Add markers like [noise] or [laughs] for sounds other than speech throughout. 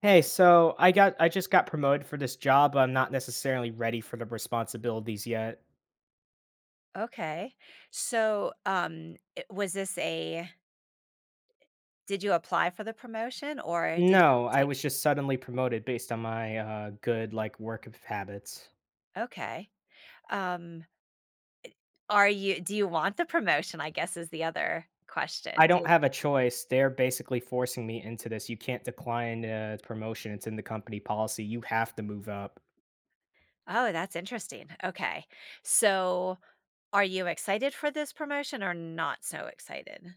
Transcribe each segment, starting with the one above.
Hey, so I just got promoted for this job, but I'm not necessarily ready for the responsibilities yet. Okay. So, it- was this a did you apply for the promotion or did you No, just I like? was just suddenly promoted based on my good like work of habits. Okay. Um, are you do you want the promotion, I guess is the other I question. Do don't you have a choice. They're basically forcing me into this. You can't decline a promotion. It's in the company policy. You have to move up. Oh, that's interesting. Okay. So, are you excited for this promotion or not so excited?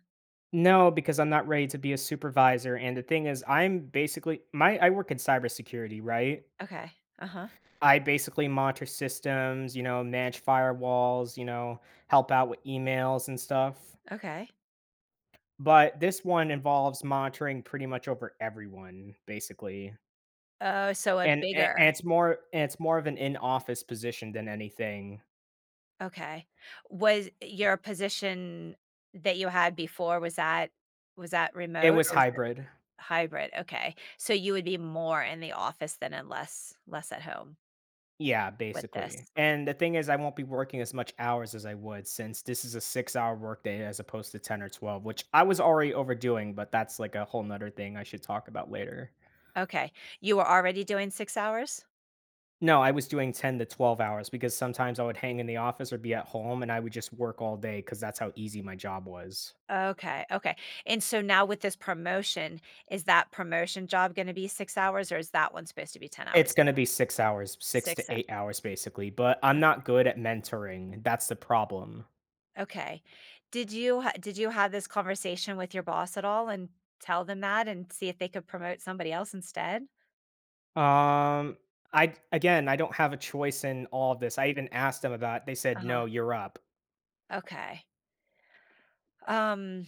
No, because I'm not ready to be a supervisor. And the thing is, I'm basically my I work in cybersecurity, right? Okay. Uh-huh. I basically monitor systems, you know, manage firewalls, you know, help out with emails and stuff. Okay. But this one involves monitoring pretty much over everyone, basically. Oh, so a And bigger. It's more of an in-office position than anything. Okay. Was your position that you had before was that It remote was or was it hybrid. Hybrid, okay. So you would be more in the office than and less at home Yeah, with basically. this. And the thing is, I won't be working as much hours as I would, since this is a 6 hour workday as opposed to 10 or 12, which I was already overdoing, but that's like a whole nother thing I should talk about later. Okay. You were already doing 6 hours? No, I was doing 10 to 12 hours, because sometimes I would hang in the office or be at home and I would just work all day because that's how easy my job was. Okay, okay. And so now with this promotion, is that promotion job gonna be 6 hours, or is that one supposed to be 10 It's hours going too? to be 6 hours, six 6 to hours. eight hours basically, but I'm Ok, not good at mentoring. That's the problem. okay. Did you have this conversation with your boss at all and tell them that and see if they could promote somebody else instead? Um, I don't have a choice in all of this. I even asked them about. It. They said, Uh-huh, "No, you're up." okay. Um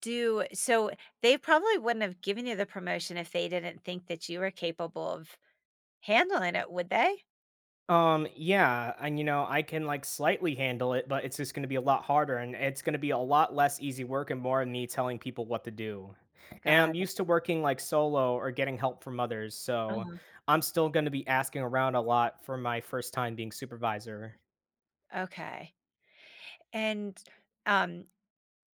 Do so they probably wouldn't have given you the promotion if they didn't think that you were capable of handling it, would they? Yeah, and you know, I can like slightly handle it, but it's just going to be a lot harder and it's going to be a lot less easy work and more of me telling people what to do. And I'm Got it. used to working like solo or getting help from others, so Uh-huh. I'm still going to be asking around a lot for my first time being supervisor. Okay. And, um,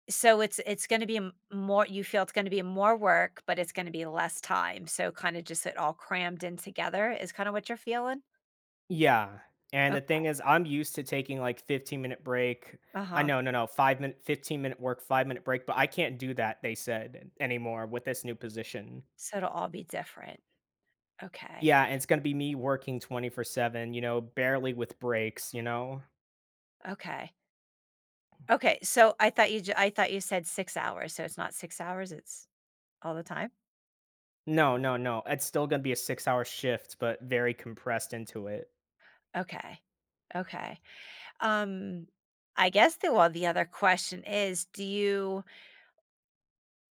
so it's gonna be m more you feel it's gonna be more work, but it's gonna be less time, so kinda just it all crammed in together is kinda what you're feeling? Yeah. And the Okay. thing is, I'm used to taking like 15-minute break. I Uh-huh. know, no, no, 5 minute, 15-minute work, 5 minute break, but I can't do that, they said, anymore with this new position. So it'll all be different. Okay. Yeah, and it's gonna be me working 24/7, you know, barely with breaks, you know? Okay. Okay, so I thought you said 6 hours, so it's not 6 hours, it's all the time? No, no, no, it's still gonna be a 6-hour shift, but very compressed into it. Okay. Okay. Um, I guess the other question is, do you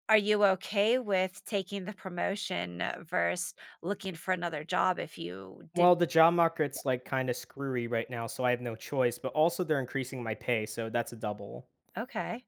are you okay with taking the promotion versus looking for another job if you did Well, the job market's, like, kinda screwy right now, so I have no choice, but also they're increasing my pay, so that's a double. Okay.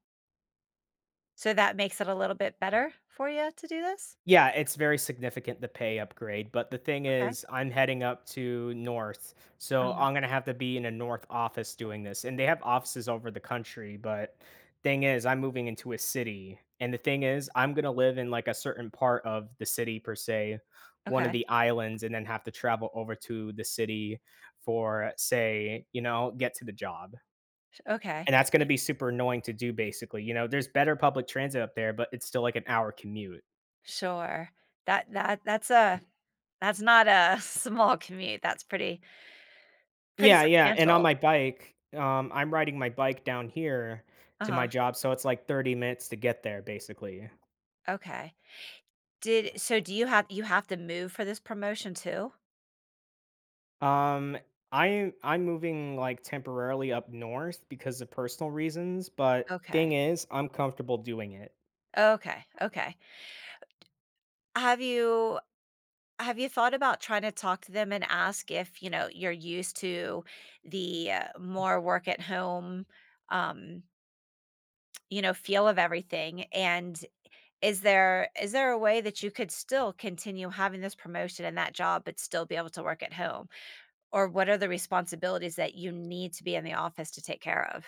So that makes it a little bit better for you to do this? Yeah, it's very significant, the pay upgrade, but the thing Okay. is, I'm heading up to North, so Uh-huh. I'm gonna have to be in a North office doing this, and they have offices over the country. But thing is, I'm moving into a city, and the thing is, I'm gonna live in like a certain part of the city per se, one of Okay. the islands, and then have to travel over to the city for say, you know, get to the job. Okay. And that's going to be super annoying to do basically. You know, there's better public transit up there, but it's still like an hour commute. Sure. That that that's a that's not a [laughs] small commute. That's pretty Yeah, yeah, and on substantial. my bike, I'm riding my bike down here to my Uh-huh. job, so it's like 30 minutes to get there basically. Okay. Did so do you have to move for this promotion too? Um, I'm moving like temporarily up north because of personal reasons, but thing Okay. is, I'm comfortable doing it. Okay. Okay. Have you have you thought about trying to talk to them and ask if, you know, you're used to the more work at home, um, you know, feel of everything and is there a way that you could still continue having this promotion and that job but still be able to work at home? Or what are the responsibilities that you need to be in the office to take care of?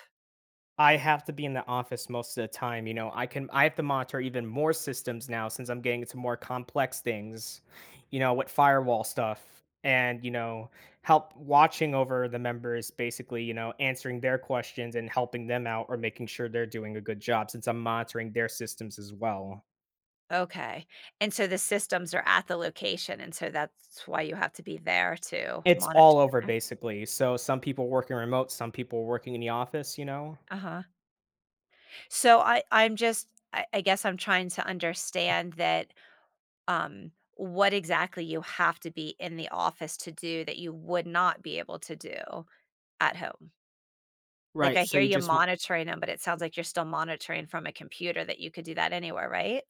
I have to be in the office most of the time. You know, I have to monitor even more systems now, since I'm getting into more complex things, you know, with firewall stuff and, you know, help watching over the members basically, you know, answering their questions and helping them out or making sure they're doing a good job, since I'm monitoring their systems as well. Okay. And so the systems are at the location and so that's why you have to be there to It's monitor. all over basically. So some people working remote, some people working in the office, you know. Uh-huh. So I guess I'm trying to understand that um what exactly you have to be in the office to do that you would not be able to do at home. Like Right. I So hear you you just monitoring them, but it sounds like you're still monitoring from a computer that you could do that anywhere, right?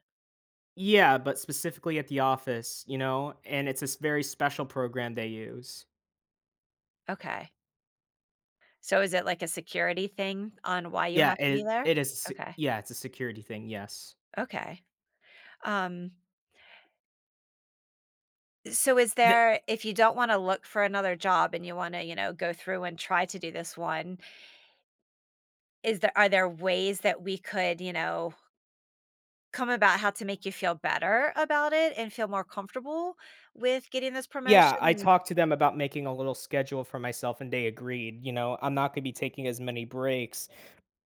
Yeah, but specifically at the office, you know, and it's this very special program they use. Okay. So is it like a security thing on why you Yeah, have to be it there? it is a se Okay. yeah, it's a security thing, yes. Okay. Um so is The there if you don't want to look for another job and you want to, you know, go through and try to do this one, Is there are there ways that we could, you know, come about how to make you feel better about it and feel more comfortable with getting this promotion Yeah, I and talked to them about making a little schedule for myself and they agreed. You know, I'm not gonna be taking as many breaks,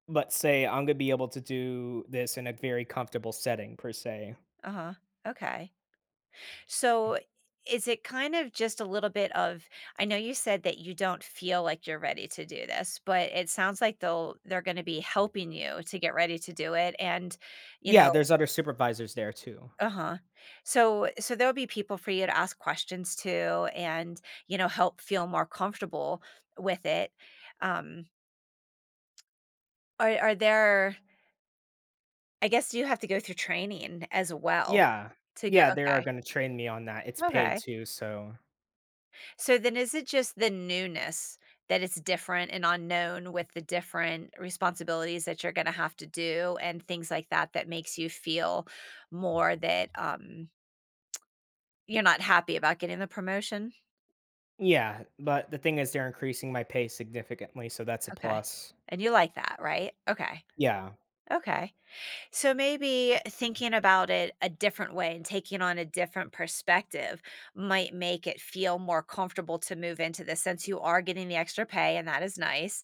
but say I'm gonna be able to do this in a very comfortable setting per se. Uh-huh. Okay. So is it kind of just a little bit of I know you said that you don't feel like you're ready to do this, but it sounds like they're going to be helping you to get ready to do it and, you Yeah, know, there's other supervisors there too. Uh-huh. So there'll be people for you to ask questions to and, you know, help feel more comfortable with it. Um, are there I guess you have to go through training as well Yeah. to go Yeah, they are okay. gonna train me on that. It's paid Okay. too, so So then is it just the newness that it's different and unknown with the different responsibilities that you're going to have to do and things like that that makes you feel more that you're not happy about getting the promotion? Yeah, but the thing is they're increasing my pay significantly, so that's a Okay. plus. And you like that, right? Okay. Yeah, Okay. So maybe thinking about it a different way and taking on a different perspective might make it feel more comfortable to move into this since you are getting the extra pay and that is nice.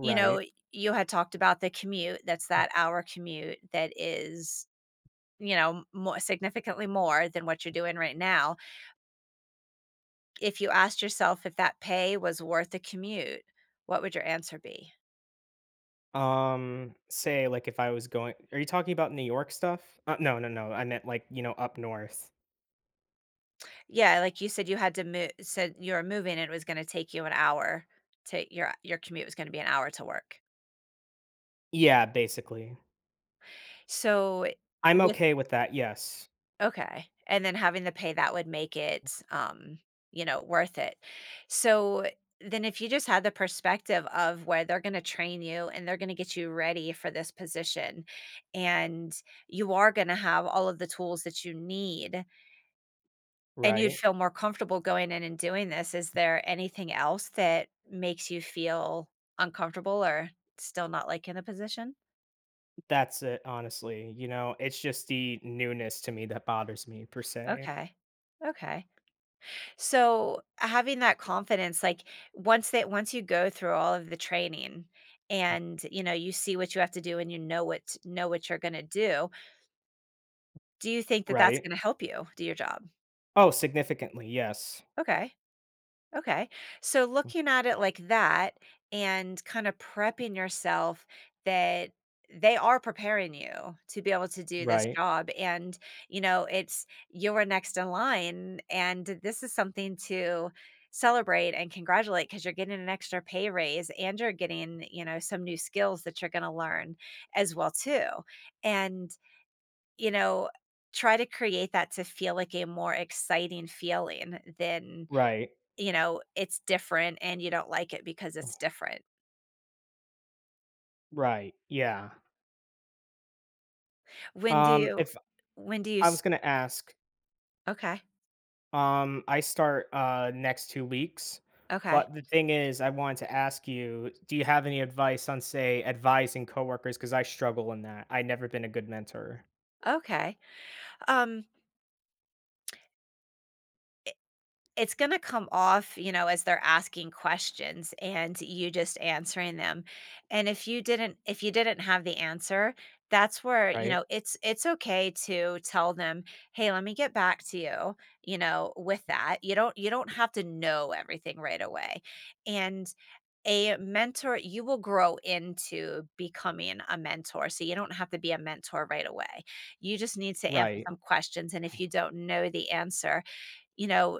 You know, you had talked about the commute, that's that hour commute that is you know more significantly more than what you're doing right now. If you asked yourself if that pay was worth the commute, what would your answer be? Say, like, if I was going Are you talking about New York stuff? No, no, no, I meant, like, you know, up north. Yeah, like you said, you had to move, said you were moving and it was gonna take you an hour to your commute was gonna be an hour to work. Yeah, basically. So I'm with okay with that, yes, okay, and then having the pay that would make it, you know, worth it. So then if you just had the perspective of where they're gonna train you and they're gonna get you ready for this position and you are gonna have all of the tools that you need. And you'd right? feel more comfortable going in and doing this. Is there anything else that makes you feel uncomfortable or still not like in the position? That's it, honestly, you know? It's just the newness to me that bothers me, per se, Okay. Okay. So having that confidence, like once you go through all of the training and you know you see what you have to do and you know what you're going to do, do you think that that's going right? to help you do your job? Oh, significantly, yes. Okay. Okay. So looking at it like that and kind of prepping yourself that they are preparing you to be able to do this Right, job, and you know it's you're next in line and this is something to celebrate and congratulate because you're getting an extra pay raise and you're getting, you know, some new skills that you're going to learn as well too, and, you know, try to create that to feel like a more exciting feeling than, right, you know, it's different and you don't like it because it's different. right, yeah. When do you If when do you I s was gonna ask Okay, I start, next 2 weeks, okay, but the thing is, I wanted to ask you, do you have any advice on, say, advising coworkers? Because I struggle in that. I never been a good mentor, okay. Um, it's gonna come off, you know, as they're asking questions and you just answering them. And if you didn't have the answer, that's where, you right? know, it's okay to tell them, "Hey, let me get back to you," you know, with that. You don't have to know everything right away. And a mentor, you will grow into becoming a mentor, so you don't have to be a mentor right away. You just need to answer Right. some questions, and if you don't know the answer, you know,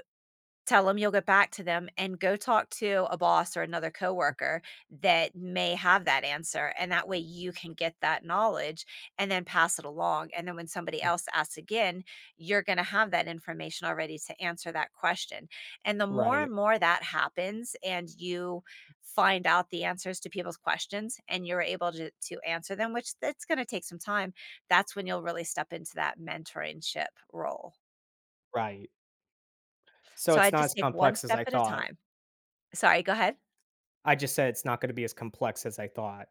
tell them 'em you'll get back to them and go talk to a boss or another coworker that may have that answer, and that way you can get that knowledge and then pass it along, and then when somebody Oh, else asks again, you're gonna have that information already to answer that question, and the more and right, more that happens and you find out the answers to people's questions and you're able to answer them, which that's gonna take some time, that's when you'll really step into that mentoringship role. right. So So I it's not just as take one complex as step I at a thought. time. Sorry, go ahead. I just said it's not gonna be as complex as I thought.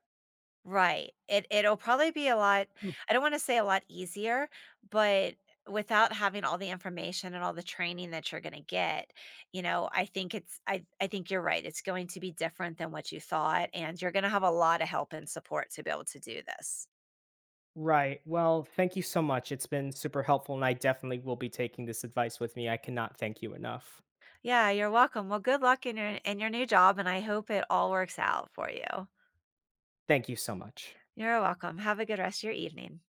Right. It it'll probably be a lot Hmm, I don't wanna say a lot easier, but without having all the information and all the training that you're gonna get, you know, I think you're right. It's going to be different than what you thought, and you're gonna have a lot of help and support to be able to do this. right. Well, thank you so much. It's been super helpful, and I definitely will be taking this advice with me. I cannot thank you enough. Yeah, you're welcome. Well, good luck in your new job, and I hope it all works out for you. Thank you so much. You're welcome. Have a good rest of your evening.